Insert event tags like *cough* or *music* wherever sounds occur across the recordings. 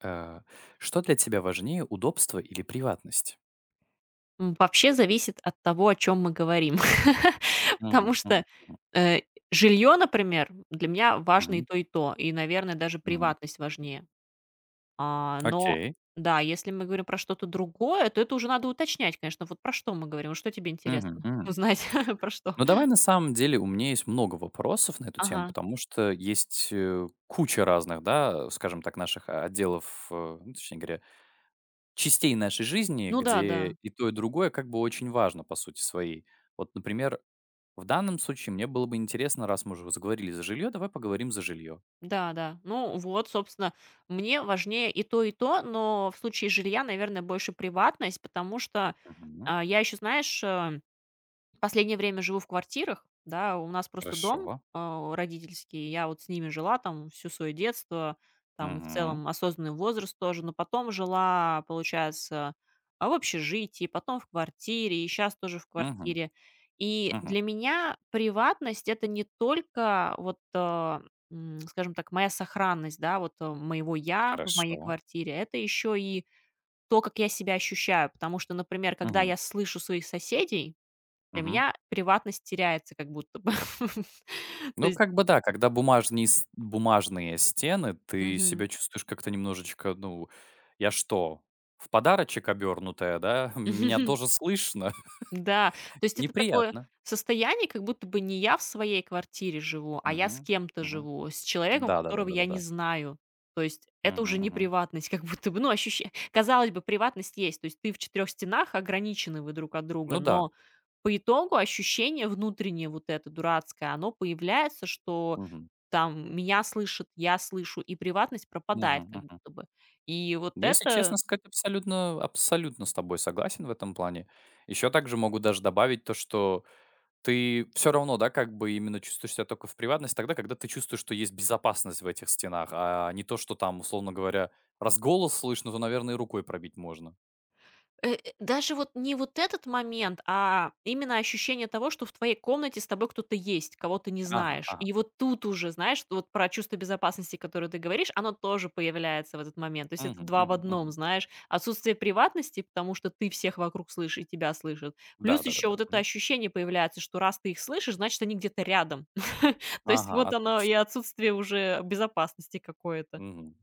Э, Что для тебя важнее: удобство или приватность? Вообще зависит от того, о чем мы говорим. *laughs* Потому Мгм, мгм, что, мгм, э, жильё, например, для меня важно и мгм, то, и то. И, наверное, даже мгм. приватность важнее. А, но Окей. да, если мы говорим про что-то другое, то это уже надо уточнять, конечно. Вот про что мы говорим? Вот что тебе Мгм, интересно мгм. узнать? *laughs* Про что? Ну, давай, на самом деле, у меня есть много вопросов на эту тему, Ага. потому что есть, куча разных, да, скажем так, наших отделов, ну, точнее говоря, частей нашей жизни, Ну да, да. где и то, и другое как бы очень важно по сути своей. Вот, например, в данном случае мне было бы интересно, раз мы уже заговорили за жилье, давай поговорим за жилье. Да-да. Ну вот, собственно, мне важнее и то, но в случае жилья, наверное, больше приватность, потому что, Мгм. а, я еще знаешь, последнее время живу в квартирах, да, у нас просто дом, Хорошо. а, родительский, я вот с ними жила там всю свое детство, там и в Мгм, целом осознанный возраст тоже, но потом жила, получается, а, в общежитии, потом в квартире, и сейчас тоже в мгм, квартире. И мгм. для меня приватность — это не только вот, а, скажем так, моя сохранность, да, вот, моего "я" в моей Хорошо. квартире, это еще и то, как я себя ощущаю. Потому что, например, когда Мгм. я слышу своих соседей, для Мгм. меня приватность теряется как будто бы. *laughs* То Ну, есть как бы да, когда бумажные стены, ты мгм. себя чувствуешь как-то немножечко, ну: "Я что, в подарочек обернутая, да? *laughs* Меня *laughs* тоже слышно?" *laughs* Да, то есть это такое Неприятно. состояние, как будто бы не я в своей квартире живу, а я с Мгм. кем-то Мгм. живу, с человеком, Да, да, да, которого да, да, я не да. знаю. То есть это Мгм, уже не мгм. приватность, как будто бы, ну, ощущение, казалось бы, приватность есть, то есть ты в четырех стенах ограничены вы друг от друга, Ну да. но по итогу ощущение внутреннее вот это дурацкое, оно появляется, что Мгм. там меня слышит, я слышу, и приватность Мгм, пропадает как мгм. будто бы. И вот Если честно это сказать, абсолютно абсолютно с тобой согласен в этом плане. Еще также могу даже добавить то, что ты все равно, да, как бы именно чувствуешь себя только в приватности тогда, когда ты чувствуешь, что есть безопасность в этих стенах, а не то, что там, условно говоря, раз голос слышно, то, наверное, и рукой пробить можно. Даже вот не вот этот момент, а именно ощущение того, что в твоей комнате с тобой кто-то есть, кого ты не Ага, знаешь. ага. И вот тут уже, знаешь, вот про чувство безопасности, которое ты говоришь, оно тоже появляется в этот момент. То есть это Мгм, два в мгм, одном, мгм. знаешь. Отсутствие приватности, потому что ты всех вокруг слышишь и тебя слышат. Да, Плюс еще да-да-да. вот это Мгм. ощущение появляется, что раз ты их слышишь, значит, они где-то рядом. *laughs* То есть Ага, вот оно и отлично. отсутствие уже безопасности какое-то. Мгм.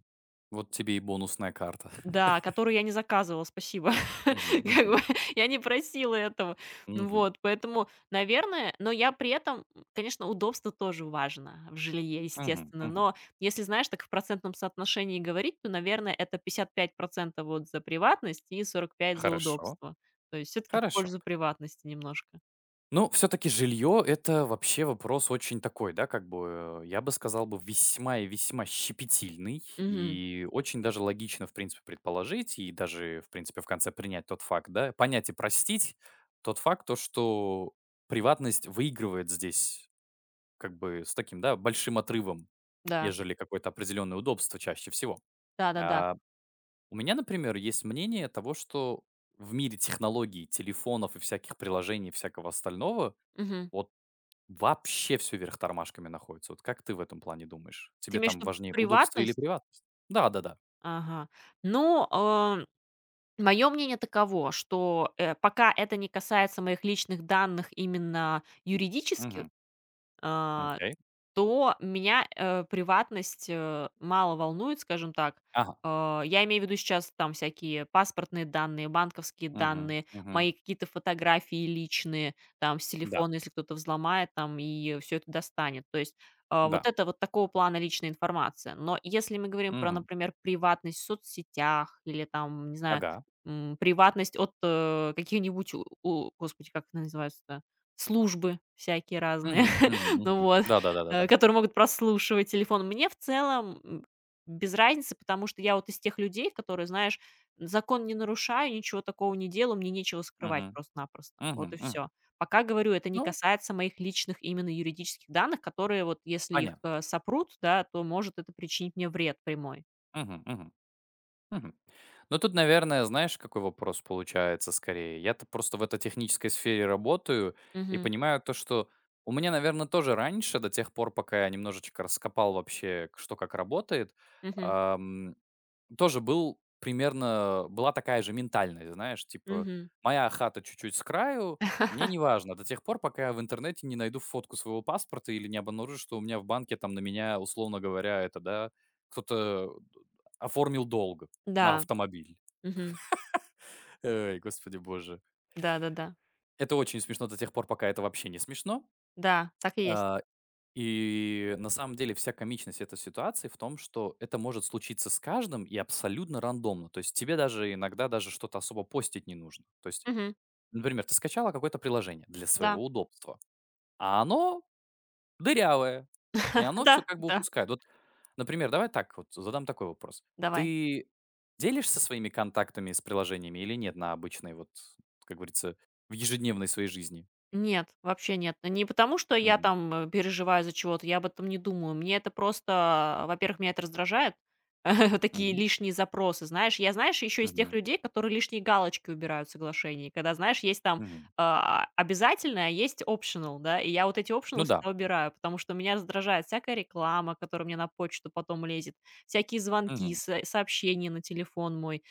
Вот тебе и бонусная карта. *laughs* Да, которую я не заказывала, спасибо. *laughs* Мгм, Как мгм, бы я не просила этого. Ну мгм, вот, поэтому, наверное, но я при этом, конечно, удобство тоже важно в жилье, мгм, естественно. мгм. Но если, знаешь, так в процентном соотношении говорить, то, наверное, это 55% вот за приватность и 45% за Хорошо, удобство. То есть все-таки в хорошо. пользу приватности немножко. Ну, все-таки жилье — это вообще вопрос очень такой, да, как бы, я бы сказал бы, весьма и весьма щепетильный. Мгм. И очень даже логично, в принципе, предположить и даже, в принципе, в конце принять тот факт, да, понять и простить тот факт, то, что приватность выигрывает здесь как бы с таким, да, большим отрывом, Да, ежели какое-то определенное удобство чаще всего. да-да-да. А у меня, например, есть мнение того, что в мире технологий, телефонов и всяких приложений, всякого остального, Мгм. вот вообще все вверх тормашками находится. Вот как ты в этом плане думаешь? Ты Тебе имеешь там в виду важнее удобство или приватность? приватность? Да-да-да. Ага. Ну, а мое мнение таково, что, пока это не касается моих личных данных именно юридических, Мгм. а, Окей. то меня, приватность, мало волнует, скажем так. Ага. Я имею в виду сейчас там всякие паспортные данные, банковские Мгм. данные, Мгм. мои какие-то фотографии личные, там с Да. телефона, если кто-то взломает, там и все это достанет. То есть, вот Да. это вот такого плана личная информация. Но если мы говорим про, Мгм. например, приватность в соцсетях или там, не знаю, Ага. Приватность от, каких-нибудь господи, как это называется-то, службы всякие разные. Мгм. Мгм. *laughs* Ну Мгм. вот Да-да-да-да-да. которые могут прослушивать телефон. Мне в целом, без разницы, потому что я вот из тех людей, которые, знаешь, закон не нарушаю, ничего такого не делаю, мне нечего скрывать Мгм. просто-напросто. Мгм. Вот и Мгм. все. Пока, говорю, это не Ну, касается моих личных именно юридических данных, которые вот если их, понятно. Сопрут, да, то может это причинить мне вред прямой. Мгм. Мгм. Мгм. Ну, тут, наверное, знаешь, какой вопрос получается скорее. Я-то просто в этой технической сфере работаю и Мгм. понимаю то, что у меня, наверное, тоже раньше, до тех пор, пока я немножечко раскопал вообще, что как работает, Мгм. ам, тоже был примерно, была такая же ментальность, знаешь, типа, Мгм. моя хата чуть-чуть с краю, мне не *laughs* важно, до тех пор, пока я в интернете не найду фотку своего паспорта или не обнаружу, что у меня в банке там на меня, условно говоря, это, да, кто-то оформил долг. На Да. автомобиль. Мгм. Ой, господи боже. Да-да-да. Это очень смешно до тех пор, пока это вообще не смешно. Да, да. Да, так и есть. А, и на самом деле вся комичность этой ситуации в том, что это может случиться с каждым и абсолютно рандомно. То есть тебе даже иногда даже что-то особо постить не нужно. То есть, Мгм. например, ты скачала какое-то приложение для Да. своего удобства, а оно дырявое. И *laughs* оно все Да, как бы да. упускает. Вот, например, давай так вот задам такой вопрос. Давай. Ты делишься своими контактами с приложениями или нет на обычной вот, как говорится, в ежедневной своей жизни? Нет, вообще нет. Ну, не потому, что я Мгм. там переживаю за чего-то, я об этом не думаю. Мне это просто, во-первых, меня это раздражает, *laughs* такие Мгм. лишние запросы, знаешь. Я, знаешь, еще из тех Мгм. людей, которые лишние галочки убирают в соглашении, когда, знаешь, есть там Мгм. а, обязательное, а есть optional, да, и я вот эти Ну optional да. всегда убираю, потому что меня раздражает всякая реклама, которая мне на почту потом лезет, всякие звонки, Мгм. Сообщения на телефон мой.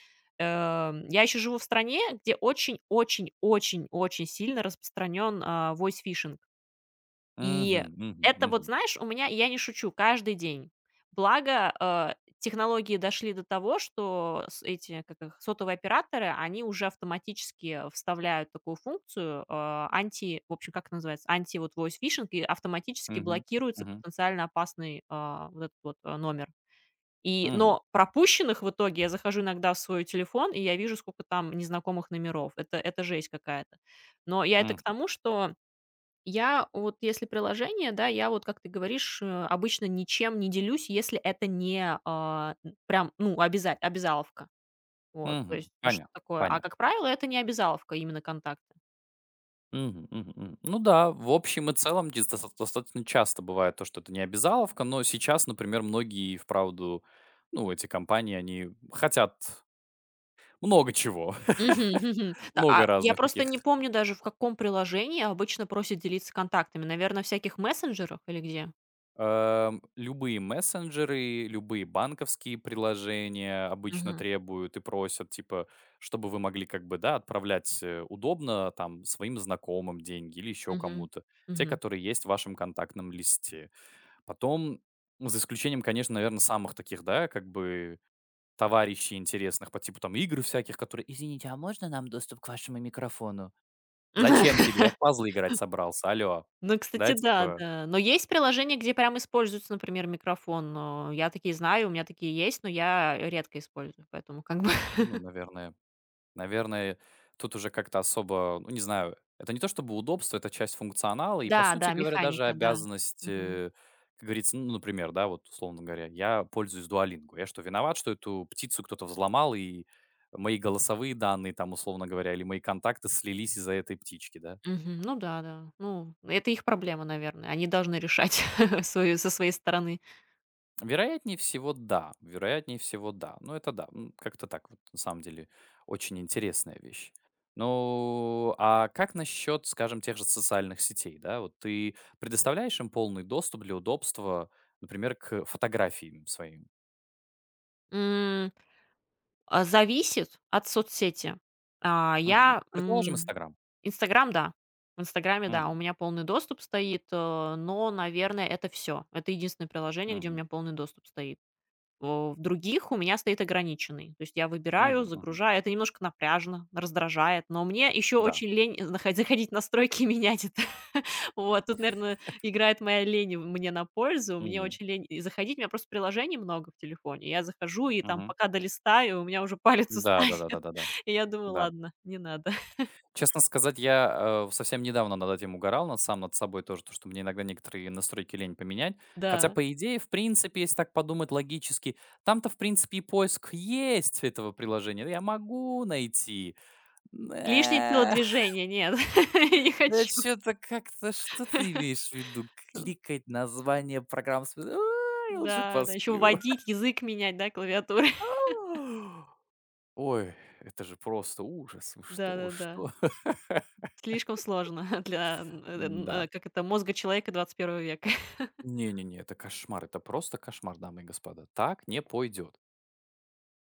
Я еще живу в стране, где очень очень очень очень сильно распространен, а, voice phishing. И Мгм. Мгм. это вот, Мгм. знаешь, у меня, я не шучу, каждый день. Благо, технологии дошли до того, что с эти, как их, сотовые операторы, они уже автоматически вставляют такую функцию, анти, в общем, как это называется, анти вот voice phishing, и автоматически Мгм. блокируется Мгм. потенциально опасный, а, вот этот вот, номер. И Мгм. но пропущенных в итоге я захожу иногда в свой телефон, и я вижу, сколько там незнакомых номеров. Это жесть какая-то. Но я это к Мгм. тому, что я вот если приложение, да, я вот, как ты говоришь, обычно ничем не делюсь, если это не, а, н прям, ну, обязаловка. Вот, то Мгм. есть, ну, что Понятно. такое. А Понятно. как правило, это не обязаловка именно "Контакты". Мгм, мгм, мгм. Ну да, в общем и целом дис доста достаточно часто бывает то, что это не обязаловка, но сейчас, например, многие и вправду, ну, эти компании, они хотят много чего, Мгм, мгм. *laughs* Да, много а я разных просто таких. не помню даже, в каком приложении обычно просят делиться контактами. Наверное в всяких мессенджерах или где? Любые мессенджеры, любые банковские приложения обычно требуют и просят, типа, чтобы вы могли как бы, да, отправлять, удобно там своим знакомым деньги или еще Мгм. кому-то, те, Мгм. которые есть в вашем контактном листе. Потом, ну, за исключением, конечно, наверное, самых таких, да, как бы товарищей интересных по типу там игр всяких, которые: "Извините, а можно нам доступ к вашему микрофону?" "Зачем тебе? Я в *laughs* пазлы играть собрался, алло". Ну, Да, кстати, да, типа, да. Но есть приложения, где прям используется, например, микрофон. Но я такие знаю, у меня такие есть, но я редко использую, поэтому как бы *laughs* ну, наверное, тут уже как-то особо, ну, не знаю, это не то чтобы удобство, это часть функционала и, по Да, сути да, говоря, даже механика, да. обязанность, Мгм. Как говорится, ну, например, да, вот, условно говоря, я пользуюсь Duolingo. Я что, виноват, что эту птицу кто-то взломал, и мои голосовые данные там, условно говоря, или мои контакты слились из-за этой птички, да? Мгм. Ну да, да. Ну, это их проблема, наверное. Они должны решать *laughs* свою со своей стороны. Вероятнее всего, да. Вероятнее всего, да. Ну, это да. Как-то так вот, на самом деле, очень интересная вещь. Ну, а как насчет, скажем, тех же социальных сетей, да? Вот ты предоставляешь им полный доступ для удобства, например, к фотографиям своим. М. А, зависит от соцсети. А, Мгм. я, Предположим, м, Инстаграм. "Инстаграм", да. В "Инстаграме", да, у Мгм. меня полный доступ стоит, но, наверное, это все. Это единственное приложение, где у Мгм. меня полный доступ стоит. Э, в других у меня стоит ограниченный. То есть я выбираю, Мгм. Мгм. загружаю. Это немножко напряжно, раздражает, но мне еще Да. очень лень заходить в настройки и менять это. *laughs* Вот, тут, наверное, играет моя лень мне на пользу. Мне Мгм. очень лень и заходить. У меня просто приложений много в телефоне. Я захожу, и там Мгм. пока долистаю, у меня уже палец устанет. Да, да, да, да, *laughs* да, да. И я думаю, Да. ладно, не надо. *laughs* Честно сказать, я, совсем недавно над этим угорал, над сам над собой тоже, то, что мне иногда некоторые настройки лень поменять. Хотя, Да. по идее, в принципе, если так подумать логически, там-то, в принципе, и поиск есть этого приложения. Я могу найти. Лишнее Э, *laughs* телодвижение, нет, *laughs* не да хочу. что то как-то, что ты имеешь в виду? Кликать название программ с Ай, лучше Да, да, еще посплю. вводить, язык менять, да, клавиатуры. *laughs* *laughs* Ау. Ой, это же просто ужас. Вы что, Да, вы да, да. что? Слишком сложно *laughs* для, *laughs* Да, как это, мозга человека 21 века. *laughs* не-не-не, это кошмар, это просто кошмар, дамы и господа. Так не пойдет.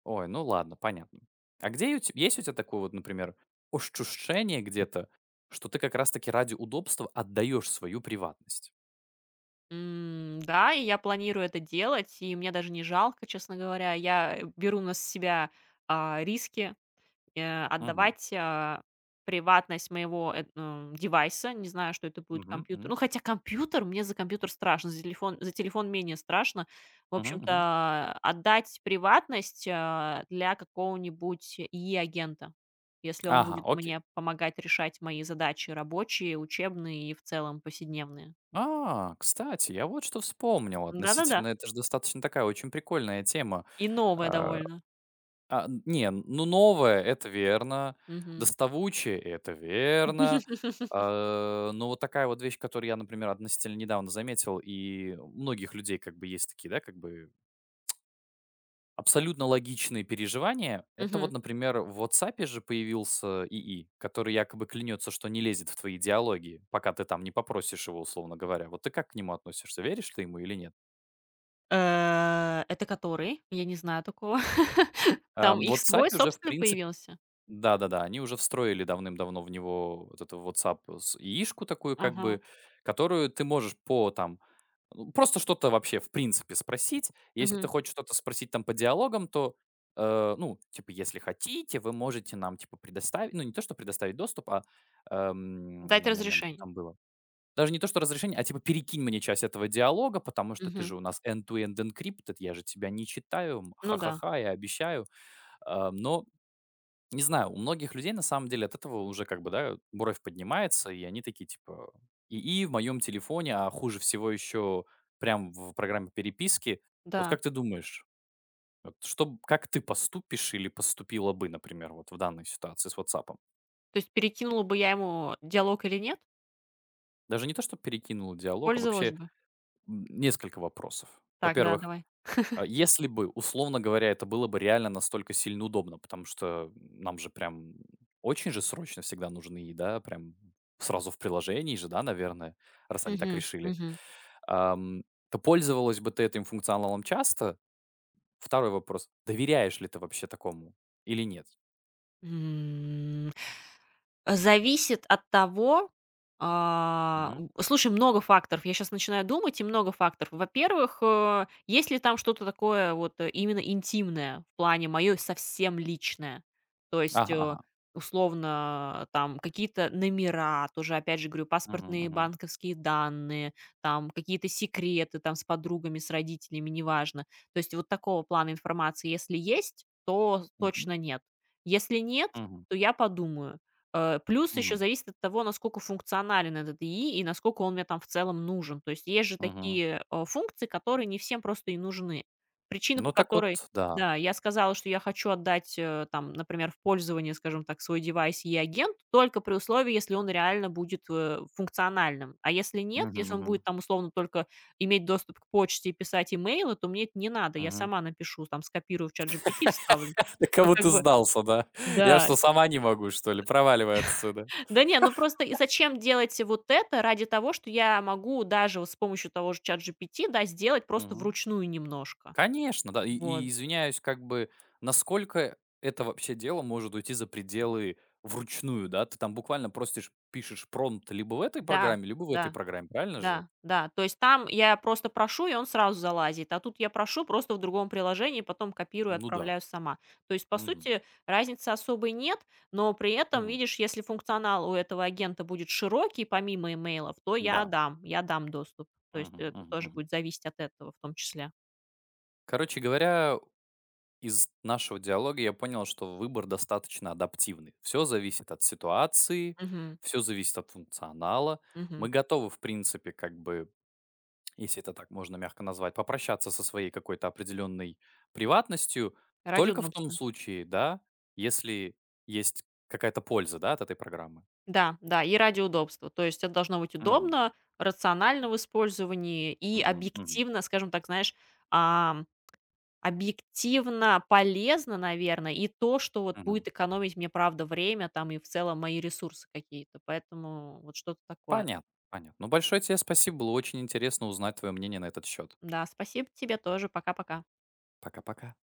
Ой, ну ладно, понятно. А где у те есть у тебя такое вот, например, ощущение где-то, что ты как раз таки ради удобства отдаешь свою приватность? Да, и я планирую это делать, и мне даже не жалко, честно говоря. Я беру на себя, а, риски. Мгм. Отдавать, а, приватность моего, девайса. Не знаю, что это будет Мгм. компьютер. Мгм. Ну, хотя компьютер, мне за компьютер страшно, за телефон менее страшно. В Мгм. Мгм. общем-то, отдать приватность, а, для какого-нибудь ИИ-агента, если он Ага, будет окей. мне помогать решать мои задачи рабочие, учебные и в целом повседневные. Кстати, я вот что вспомнил Да-да-да. относительно, это ж достаточно такая очень прикольная тема. И новое А довольно. Не, ну, новое — это верно, Мгм. доставучее — это верно. *laughs* Но вот такая вот вещь, которую я, например, относительно недавно заметил, и у многих людей как бы есть такие, да, как бы абсолютно логичные переживания. Это вот, Мгм. например, в "Ватсапе" же появился ИИ, который якобы клянется, что не лезет в твои диалоги, пока ты там не попросишь его, условно говоря. Вот ты как к нему относишься? Веришь ты ему или нет? Это который? Я не знаю такого. *laughs* Там В их свой "Ватсапе" уже, в собственный принципе. появился? Да-да-да, они уже встроили давным-давно в него вот эту WhatsApp с яишку такую как бы, Ага. которую ты можешь по там, ну, просто что-то вообще в принципе спросить. Если ты Мгм. хочешь что-то спросить там по диалогам, то, ну, типа, если хотите, вы можете нам, типа, предоставить, ну, не то, что предоставить доступ, а, Дать ням-ням-ням, что разрешение. там было? Даже не то, что разрешение, а типа перекинь мне часть этого диалога, потому что ты Мгм. же у нас end-to-end encrypted, я же тебя не читаю, Ну да, ха-ха-ха, я обещаю. Но не знаю, у многих людей на самом деле от этого уже как бы, да, бровь поднимается, и они такие типа и в моем телефоне, а хуже всего еще прям в программе переписки. Вот да. как ты думаешь, вот что, как ты поступишь или поступила бы, например, вот в данной ситуации с WhatsApp? То есть перекинула бы я ему диалог или нет? Даже не то, что перекинула диалог, а Пользовалась вообще бы? Несколько вопросов. Так, да, Во-первых, давай. а если бы, условно говоря, это было бы реально настолько сильно удобно, потому что нам же прям очень же срочно всегда нужны, да, прям сразу в приложении же, да, наверное, раз они так Мгм, решили. мгм. Ам, То пользовалась бы ты этим функционалом часто? Второй вопрос. Доверяешь ли ты вообще такому или нет? М, зависит от того, Мгм. Слушай, много факторов. Я сейчас начинаю думать, и много факторов. Во-первых, есть ли там что-то такое вот, именно интимное, в плане моё совсем личное. То есть, Ага, ага. условно, там какие-то номера, тоже, опять же говорю, Мгм, паспортные, мгм. банковские данные, там какие-то секреты там с подругами, с родителями, неважно. То есть вот такого плана информации, если есть, то Мгм, точно нет. Если нет, мгм, то я подумаю. Плюс еще мгм, зависит от того, насколько функционален этот ИИ и насколько он мне там в целом нужен. То есть есть же мгм. такие, функции, которые не всем просто и нужны. Причина, по Ну так которой, вот, да. да, я сказала, что я хочу отдать, там, например, в пользование, скажем так, свой девайс "И-агент", только при условии, если он реально будет, функциональным. А если нет, Мгм, если он мгм, будет там условно только иметь доступ к почте и писать имейлы, то мне это не надо. Я мгм. сама напишу, там скопирую в чат ChatGPT, вставлю. *laughs* Да Но кого как ты бы сдался, да? Я да. что, сама не могу, что ли? Проваливай отсюда. Да не, ну просто и зачем делать вот это ради того, что я могу даже вот с помощью того же чат ChatGPT, да, сделать просто Мгм. вручную немножко. Конечно, да. И Вот. и извиняюсь, как бы, насколько это вообще дело может уйти за пределы вручную, да? Ты там буквально простишь пишешь промпт либо в этой Да, программе, либо в этой да, программе, правильно же? да, да. То есть там я просто прошу, и он сразу залазит, а тут я прошу просто в другом приложении, потом копирую, Ну да. отправляю сама. То есть, по Мгм. сути, разницы особой нет, но при этом, Мгм. видишь, если функционал у этого агента будет широкий, помимо имейлов, то Да. Я дам доступ. То есть Мгм. это Мгм. тоже Мгм. будет зависеть от этого в том числе. Короче говоря, из нашего диалога я понял, что выбор достаточно адаптивный. Все зависит от ситуации, Мгм. все зависит от функционала. Мгм. Мы готовы, в принципе, как бы если это так можно мягко назвать, попрощаться со своей какой-то определенной приватностью Ради только в том удобства. случае, да, если есть какая-то польза, да, от этой программы. Да, да, и ради удобства. То есть это должно быть Мгм. удобно, рационально в использовании и Мгм. Мгм. объективно, скажем так, знаешь, ам, объективно полезно, наверное, и то, что вот Мгм. будет экономить мне, правда, время там и в целом мои ресурсы какие-то. Поэтому вот что-то такое. Понятно, понятно. Ну, большое тебе спасибо, было очень интересно узнать твое мнение на этот счет. Да, спасибо тебе тоже. Пока-пока. Пока-пока.